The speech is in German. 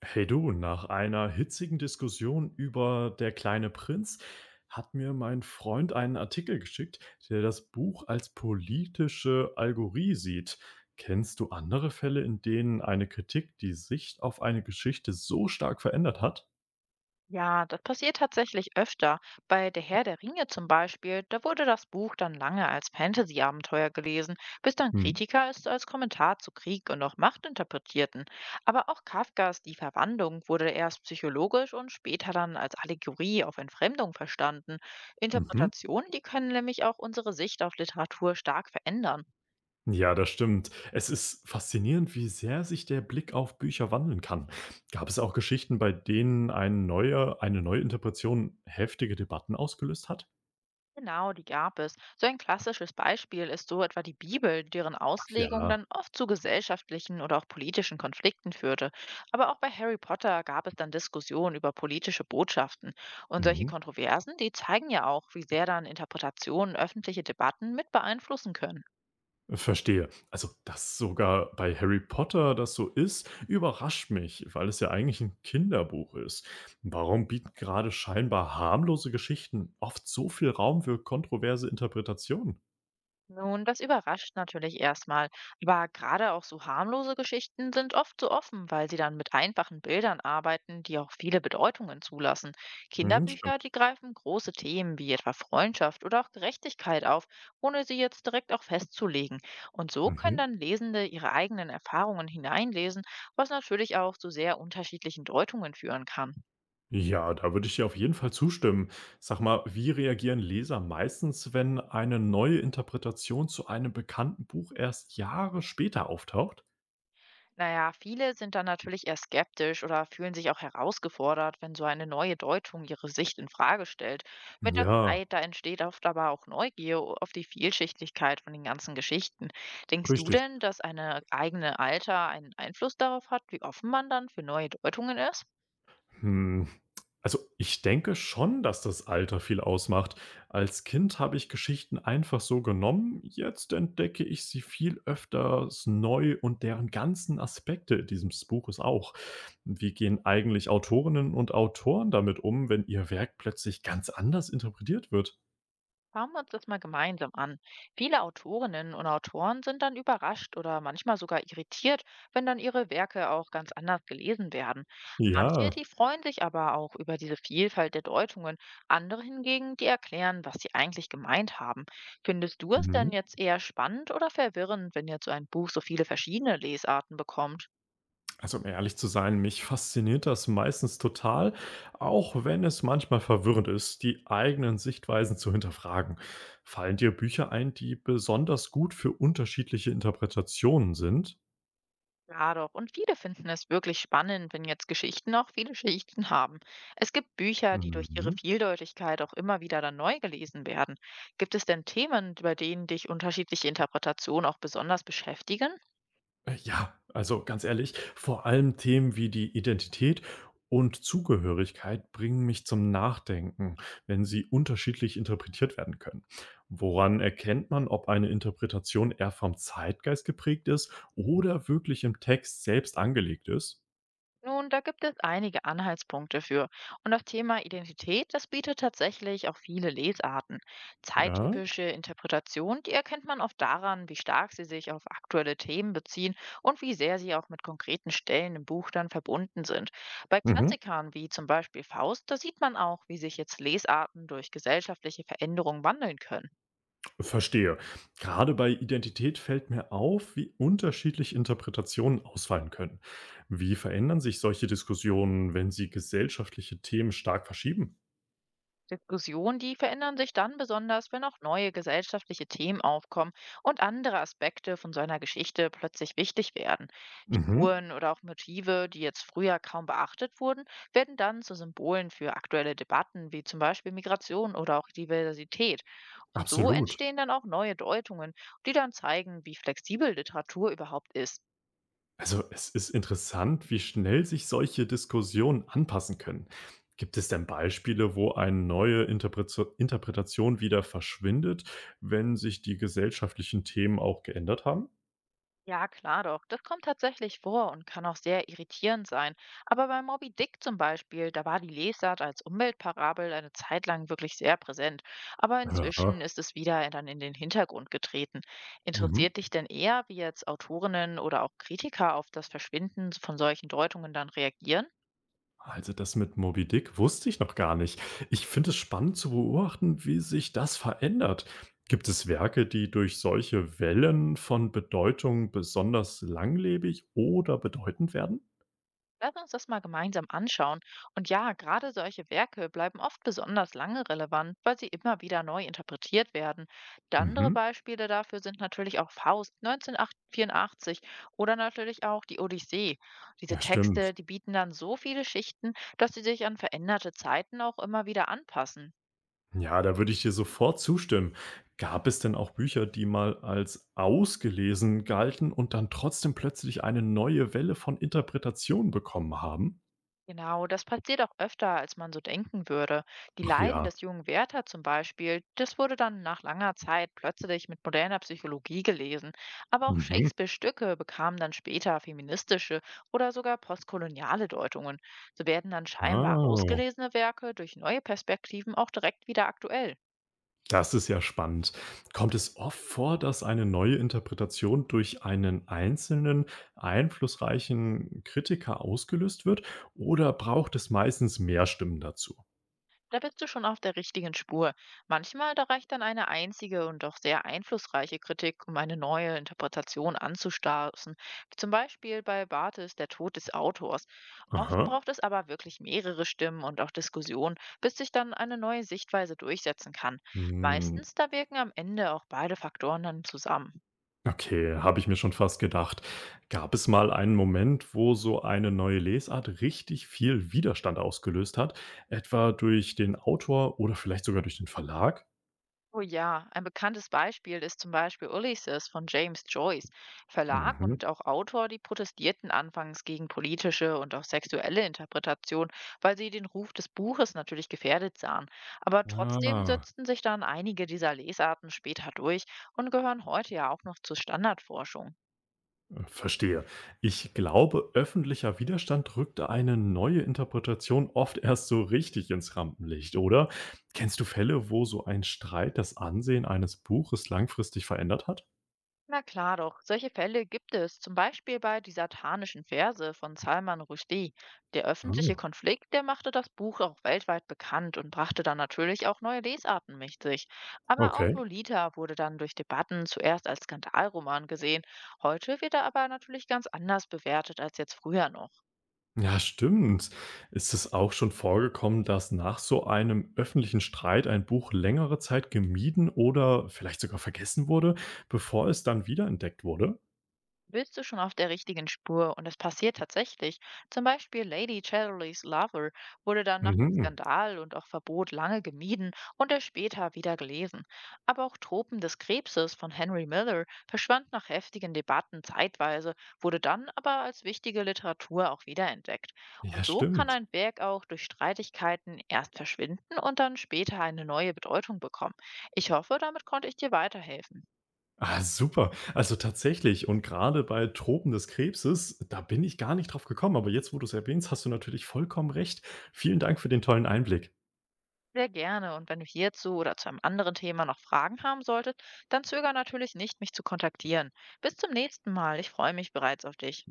Hey du, nach einer hitzigen Diskussion über Der kleine Prinz hat mir mein Freund einen Artikel geschickt, der das Buch als politische Allegorie sieht. Kennst du andere Fälle, in denen eine Kritik die Sicht auf eine Geschichte so stark verändert hat? Ja, das passiert tatsächlich öfter. Bei Der Herr der Ringe zum Beispiel, da wurde das Buch dann lange als Fantasy-Abenteuer gelesen, bis dann Hm. Kritiker es als Kommentar zu Krieg und auch Macht interpretierten. Aber auch Kafkas Die Verwandlung wurde erst psychologisch und später dann als Allegorie auf Entfremdung verstanden. Mhm. Interpretationen, die können nämlich auch unsere Sicht auf Literatur stark verändern. Ja, das stimmt. Es ist faszinierend, wie sehr sich der Blick auf Bücher wandeln kann. Gab es auch Geschichten, bei denen eine neue Interpretation heftige Debatten ausgelöst hat? Genau, die gab es. So ein klassisches Beispiel ist so etwa die Bibel, deren Ach Auslegung ja. dann oft zu gesellschaftlichen oder auch politischen Konflikten führte. Aber auch bei Harry Potter gab es dann Diskussionen über politische Botschaften. Und solche Mhm. Kontroversen, die zeigen ja auch, wie sehr dann Interpretationen öffentliche Debatten mit beeinflussen können. Verstehe. Also, dass sogar bei Harry Potter das so ist, überrascht mich, weil es ja eigentlich ein Kinderbuch ist. Warum bieten gerade scheinbar harmlose Geschichten oft so viel Raum für kontroverse Interpretationen? Nun, das überrascht natürlich erstmal. Aber gerade auch so harmlose Geschichten sind oft so offen, weil sie dann mit einfachen Bildern arbeiten, die auch viele Bedeutungen zulassen. Mhm, Kinderbücher, stimmt. die greifen große Themen wie etwa Freundschaft oder auch Gerechtigkeit auf, ohne sie jetzt direkt auch festzulegen. Und so können Mhm. dann Lesende ihre eigenen Erfahrungen hineinlesen, was natürlich auch zu sehr unterschiedlichen Deutungen führen kann. Ja, da würde ich dir auf jeden Fall zustimmen. Sag mal, wie reagieren Leser meistens, wenn eine neue Interpretation zu einem bekannten Buch erst Jahre später auftaucht? Naja, viele sind dann natürlich eher skeptisch oder fühlen sich auch herausgefordert, wenn so eine neue Deutung ihre Sicht in Frage stellt. Mit der Ja, Zeit, da entsteht oft aber auch Neugier auf die Vielschichtigkeit von den ganzen Geschichten. Denkst du richtig. denn, dass eine eigene Alter einen Einfluss darauf hat, wie offen man dann für neue Deutungen ist? Hm, also ich denke schon, dass das Alter viel ausmacht. Als Kind habe ich Geschichten einfach so genommen, jetzt entdecke ich sie viel öfters neu und deren ganzen Aspekte dieses Buches auch. Wie gehen eigentlich Autorinnen und Autoren damit um, wenn ihr Werk plötzlich ganz anders interpretiert wird? Schauen wir uns das mal gemeinsam an. Viele Autorinnen und Autoren sind dann überrascht oder manchmal sogar irritiert, wenn dann ihre Werke auch ganz anders gelesen werden. Manche, Ja. die freuen sich aber auch über diese Vielfalt der Deutungen. Andere hingegen, die erklären, was sie eigentlich gemeint haben. Findest du es denn Mhm. jetzt eher spannend oder verwirrend, wenn jetzt so ein Buch so viele verschiedene Lesarten bekommt? Also, um ehrlich zu sein, mich fasziniert das meistens total, auch wenn es manchmal verwirrend ist, die eigenen Sichtweisen zu hinterfragen. Fallen dir Bücher ein, die besonders gut für unterschiedliche Interpretationen sind? Ja, doch. Und viele finden es wirklich spannend, wenn jetzt Geschichten auch viele Schichten haben. Es gibt Bücher, die durch ihre Mhm. Vieldeutigkeit auch immer wieder dann neu gelesen werden. Gibt es denn Themen, bei denen dich unterschiedliche Interpretationen auch besonders beschäftigen? Ja, also ganz ehrlich, vor allem Themen wie die Identität und Zugehörigkeit bringen mich zum Nachdenken, wenn sie unterschiedlich interpretiert werden können. Woran erkennt man, ob eine Interpretation eher vom Zeitgeist geprägt ist oder wirklich im Text selbst angelegt ist? Nun, da gibt es einige Anhaltspunkte für. Und das Thema Identität, das bietet tatsächlich auch viele Lesarten. Ja. Zeittypische Interpretationen, die erkennt man oft daran, wie stark sie sich auf aktuelle Themen beziehen und wie sehr sie auch mit konkreten Stellen im Buch dann verbunden sind. Bei Mhm. Klassikern wie zum Beispiel Faust, da sieht man auch, wie sich jetzt Lesarten durch gesellschaftliche Veränderungen wandeln können. Verstehe. Gerade bei Identität fällt mir auf, wie unterschiedlich Interpretationen ausfallen können. Wie verändern sich solche Diskussionen, wenn sie gesellschaftliche Themen stark verschieben? Diskussionen, die verändern sich dann besonders, wenn auch neue gesellschaftliche Themen aufkommen und andere Aspekte von so einer Geschichte plötzlich wichtig werden. Mhm, Figuren oder auch Motive, die jetzt früher kaum beachtet wurden, werden dann zu Symbolen für aktuelle Debatten wie zum Beispiel Migration oder auch Diversität. Und so absolut. entstehen dann auch neue Deutungen, die dann zeigen, wie flexibel Literatur überhaupt ist. Also es ist interessant, wie schnell sich solche Diskussionen anpassen können. Gibt es denn Beispiele, wo eine neue Interpretation wieder verschwindet, wenn sich die gesellschaftlichen Themen auch geändert haben? Ja, klar doch. Das kommt tatsächlich vor und kann auch sehr irritierend sein. Aber bei Moby Dick zum Beispiel, da war die Lesart als Umweltparabel eine Zeit lang wirklich sehr präsent. Aber Ja. inzwischen ist es wieder dann in den Hintergrund getreten. Mhm. Interessiert dich denn eher, wie jetzt Autorinnen oder auch Kritiker auf das Verschwinden von solchen Deutungen dann reagieren? Also das mit Moby Dick wusste ich noch gar nicht. Ich finde es spannend zu beobachten, wie sich das verändert. Gibt es Werke, die durch solche Wellen von Bedeutung besonders langlebig oder bedeutend werden? Lass uns das mal gemeinsam anschauen. Und ja, gerade solche Werke bleiben oft besonders lange relevant, weil sie immer wieder neu interpretiert werden. Andere Mhm. Beispiele dafür sind natürlich auch Faust 1984 oder natürlich auch die Odyssee. Diese Ja, stimmt. Texte, die bieten dann so viele Schichten, dass sie sich an veränderte Zeiten auch immer wieder anpassen. Ja, da würde ich dir sofort zustimmen. Gab es denn auch Bücher, die mal als ausgelesen galten und dann trotzdem plötzlich eine neue Welle von Interpretationen bekommen haben? Genau, das passiert auch öfter, als man so denken würde. Die Ach Leiden ja. des jungen Werther zum Beispiel, das wurde dann nach langer Zeit plötzlich mit moderner Psychologie gelesen. Aber auch Mhm. Shakespeares Stücke bekamen dann später feministische oder sogar postkoloniale Deutungen. So werden dann scheinbar Oh, ausgelesene Werke durch neue Perspektiven auch direkt wieder aktuell. das ist ja spannend. Kommt es oft vor, dass eine neue Interpretation durch einen einzelnen, einflussreichen Kritiker ausgelöst wird oder braucht es meistens mehr Stimmen dazu? Da bist du schon auf der richtigen Spur. Manchmal da reicht dann eine einzige und doch sehr einflussreiche Kritik, um eine neue Interpretation anzustoßen. Zum Beispiel bei Barthes der Tod des Autors. Oft Aha. braucht es aber wirklich mehrere Stimmen und auch Diskussionen, bis sich dann eine neue Sichtweise durchsetzen kann. Hm. Meistens da wirken am Ende auch beide Faktoren dann zusammen. Okay, habe ich mir schon fast gedacht. Gab es mal einen Moment, wo so eine neue Lesart richtig viel Widerstand ausgelöst hat, etwa durch den Autor oder vielleicht sogar durch den Verlag? Oh ja, ein bekanntes Beispiel ist zum Beispiel Ulysses von James Joyce. Verlag Mhm. und auch Autor, die protestierten anfangs gegen politische und auch sexuelle Interpretation, weil sie den Ruf des Buches natürlich gefährdet sahen. Aber trotzdem Ja, setzten sich dann einige dieser Lesarten später durch und gehören heute ja auch noch zur Standardforschung. Verstehe. Ich glaube, öffentlicher Widerstand rückte eine neue Interpretation oft erst so richtig ins Rampenlicht, oder? Kennst du Fälle, wo so ein Streit das Ansehen eines Buches langfristig verändert hat? Na klar doch, solche Fälle gibt es, zum Beispiel bei Die satanischen Verse von Salman Rushdie. Der öffentliche Ah, Konflikt, der machte das Buch auch weltweit bekannt und brachte dann natürlich auch neue Lesarten mit sich. Aber auch okay. Lolita wurde dann durch Debatten zuerst als Skandalroman gesehen. Heute wird er aber natürlich ganz anders bewertet als jetzt früher noch. Ja, stimmt. Ist es auch schon vorgekommen, dass nach so einem öffentlichen Streit ein Buch längere Zeit gemieden oder vielleicht sogar vergessen wurde, bevor es dann wiederentdeckt wurde? Bist du schon auf der richtigen Spur und es passiert tatsächlich. Zum Beispiel Lady Chatterleys Lover wurde dann nach dem Mhm. Skandal und auch Verbot lange gemieden und erst später wieder gelesen. Aber auch Tropen des Krebses von Henry Miller verschwand nach heftigen Debatten zeitweise, wurde dann aber als wichtige Literatur auch wiederentdeckt. Ja, Und so kann stimmt. ein Werk auch durch Streitigkeiten erst verschwinden und dann später eine neue Bedeutung bekommen. Ich hoffe, damit konnte ich dir weiterhelfen. Ah, super. Also tatsächlich, und gerade bei Tropen des Krebses, da bin ich gar nicht drauf gekommen, aber jetzt, wo du es erwähnst, hast du natürlich vollkommen recht. Vielen Dank für den tollen Einblick. Sehr gerne. Und wenn du hierzu oder zu einem anderen Thema noch Fragen haben solltest, dann zögere natürlich nicht, mich zu kontaktieren. Bis zum nächsten Mal. Ich freue mich bereits auf dich.